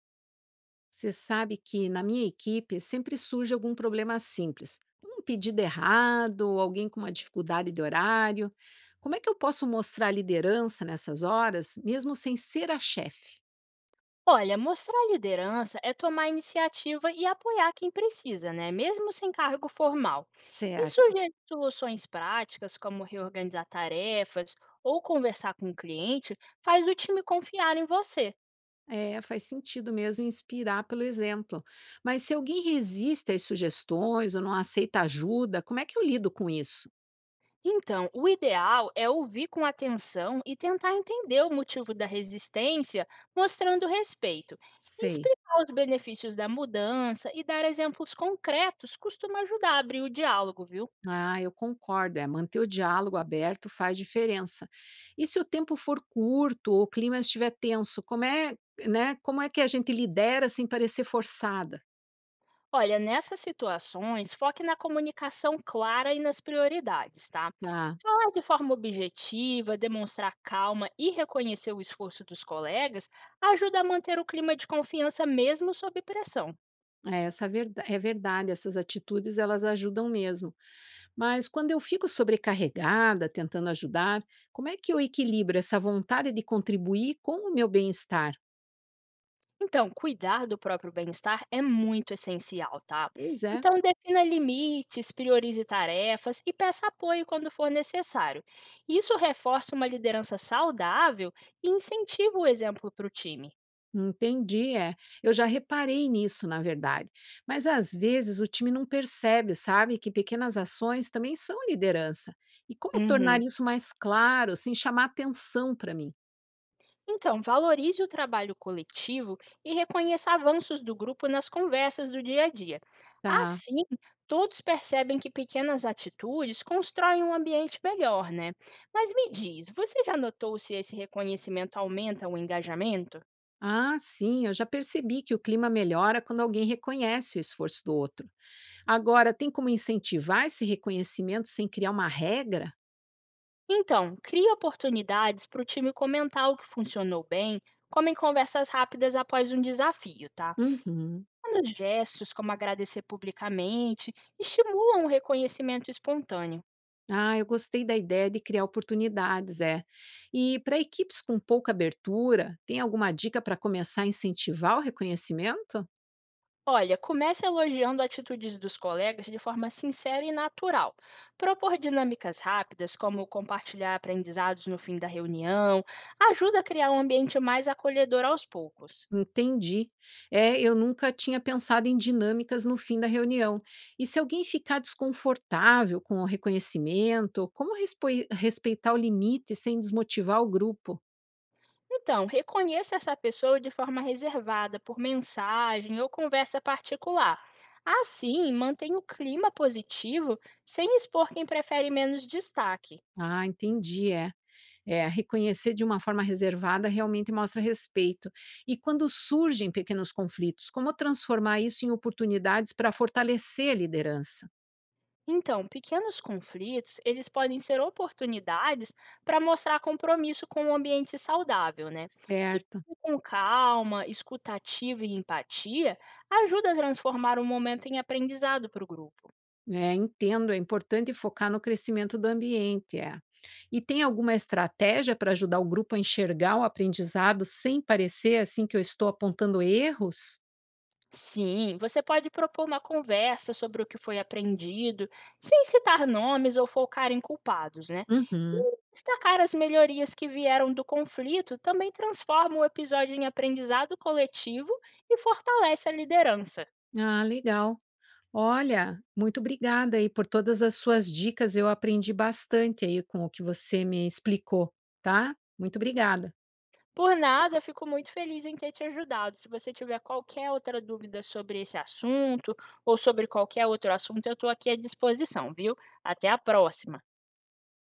Você sabe que na minha equipe sempre surge algum problema simples, um pedido errado, ou alguém com uma dificuldade de horário. Como é que eu posso mostrar liderança nessas horas, mesmo sem ser a chefe? Olha, mostrar liderança é tomar iniciativa e apoiar quem precisa, né? Mesmo sem cargo formal. E Certo. sugerir soluções práticas, como reorganizar tarefas ou conversar com o cliente, faz o time confiar em você. É, faz sentido mesmo inspirar pelo exemplo. Mas se alguém resiste às sugestões ou não aceita ajuda, como é que eu lido com isso? Então, o ideal é ouvir com atenção e tentar entender o motivo da resistência, mostrando respeito. E Sei. explicar os benefícios da mudança e dar exemplos concretos costuma ajudar a abrir o diálogo, viu? Ah, eu concordo. É, manter o diálogo aberto faz diferença. E se o tempo for curto ou o clima estiver tenso, como é que a gente lidera sem parecer forçada? Olha, nessas situações, foque na comunicação clara e nas prioridades, tá? Tá. Falar de forma objetiva, demonstrar calma e reconhecer o esforço dos colegas ajuda a manter o clima de confiança mesmo sob pressão. É, é verdade, essas atitudes elas ajudam mesmo. Mas quando eu fico sobrecarregada tentando ajudar, como é que eu equilibro essa vontade de contribuir com o meu bem-estar? Então, cuidar do próprio bem-estar é muito essencial, tá? Pois é. Então, defina limites, priorize tarefas e peça apoio quando for necessário. Isso reforça uma liderança saudável e incentiva o exemplo para o time. Entendi, é. Eu já reparei nisso, na verdade. Mas às vezes o time não percebe, sabe, que pequenas ações também são liderança. E como tornar Uhum. isso mais claro, sem chamar atenção para mim? Então, valorize o trabalho coletivo e reconheça avanços do grupo nas conversas do dia a dia. Tá. Assim, todos percebem que pequenas atitudes constroem um ambiente melhor, né? Mas me diz, você já notou se esse reconhecimento aumenta o engajamento? Ah, sim, eu já percebi que o clima melhora quando alguém reconhece o esforço do outro. Agora, tem como incentivar esse reconhecimento sem criar uma regra? Então, crie oportunidades para o time comentar o que funcionou bem, como em conversas rápidas após um desafio, tá? Uhum. Pequenos gestos, como agradecer publicamente, estimulam o reconhecimento espontâneo. Ah, eu gostei da ideia de criar oportunidades, é. E para equipes com pouca abertura, tem alguma dica para começar a incentivar o reconhecimento? Olha, comece elogiando atitudes dos colegas de forma sincera e natural. Propor dinâmicas rápidas, como compartilhar aprendizados no fim da reunião, ajuda a criar um ambiente mais acolhedor aos poucos. Entendi. É, eu nunca tinha pensado em dinâmicas no fim da reunião. E se alguém ficar desconfortável com o reconhecimento, como respeitar o limite sem desmotivar o grupo? Então, reconheça essa pessoa de forma reservada, por mensagem ou conversa particular. Assim, mantenha o clima positivo sem expor quem prefere menos destaque. Ah, entendi, é. É, reconhecer de uma forma reservada realmente mostra respeito. E quando surgem pequenos conflitos, como transformar isso em oportunidades para fortalecer a liderança? Então, pequenos conflitos, eles podem ser oportunidades para mostrar compromisso com o ambiente saudável, né? E Certo. com calma, escutativa e empatia, ajuda a transformar o momento em aprendizado para o grupo. É, entendo, é importante focar no crescimento do ambiente. É. E tem alguma estratégia para ajudar o grupo a enxergar o aprendizado sem parecer assim que eu estou apontando erros? Sim, você pode propor uma conversa sobre o que foi aprendido, sem citar nomes ou focar em culpados, né? Uhum. E destacar as melhorias que vieram do conflito também transforma o episódio em aprendizado coletivo e fortalece a liderança. Ah, legal. Olha, muito obrigada aí por todas as suas dicas. Eu aprendi bastante aí com o que você me explicou, tá? Muito obrigada. Por nada, eu fico muito feliz em ter te ajudado. Se você tiver qualquer outra dúvida sobre esse assunto ou sobre qualquer outro assunto, eu estou aqui à disposição, viu? Até a próxima!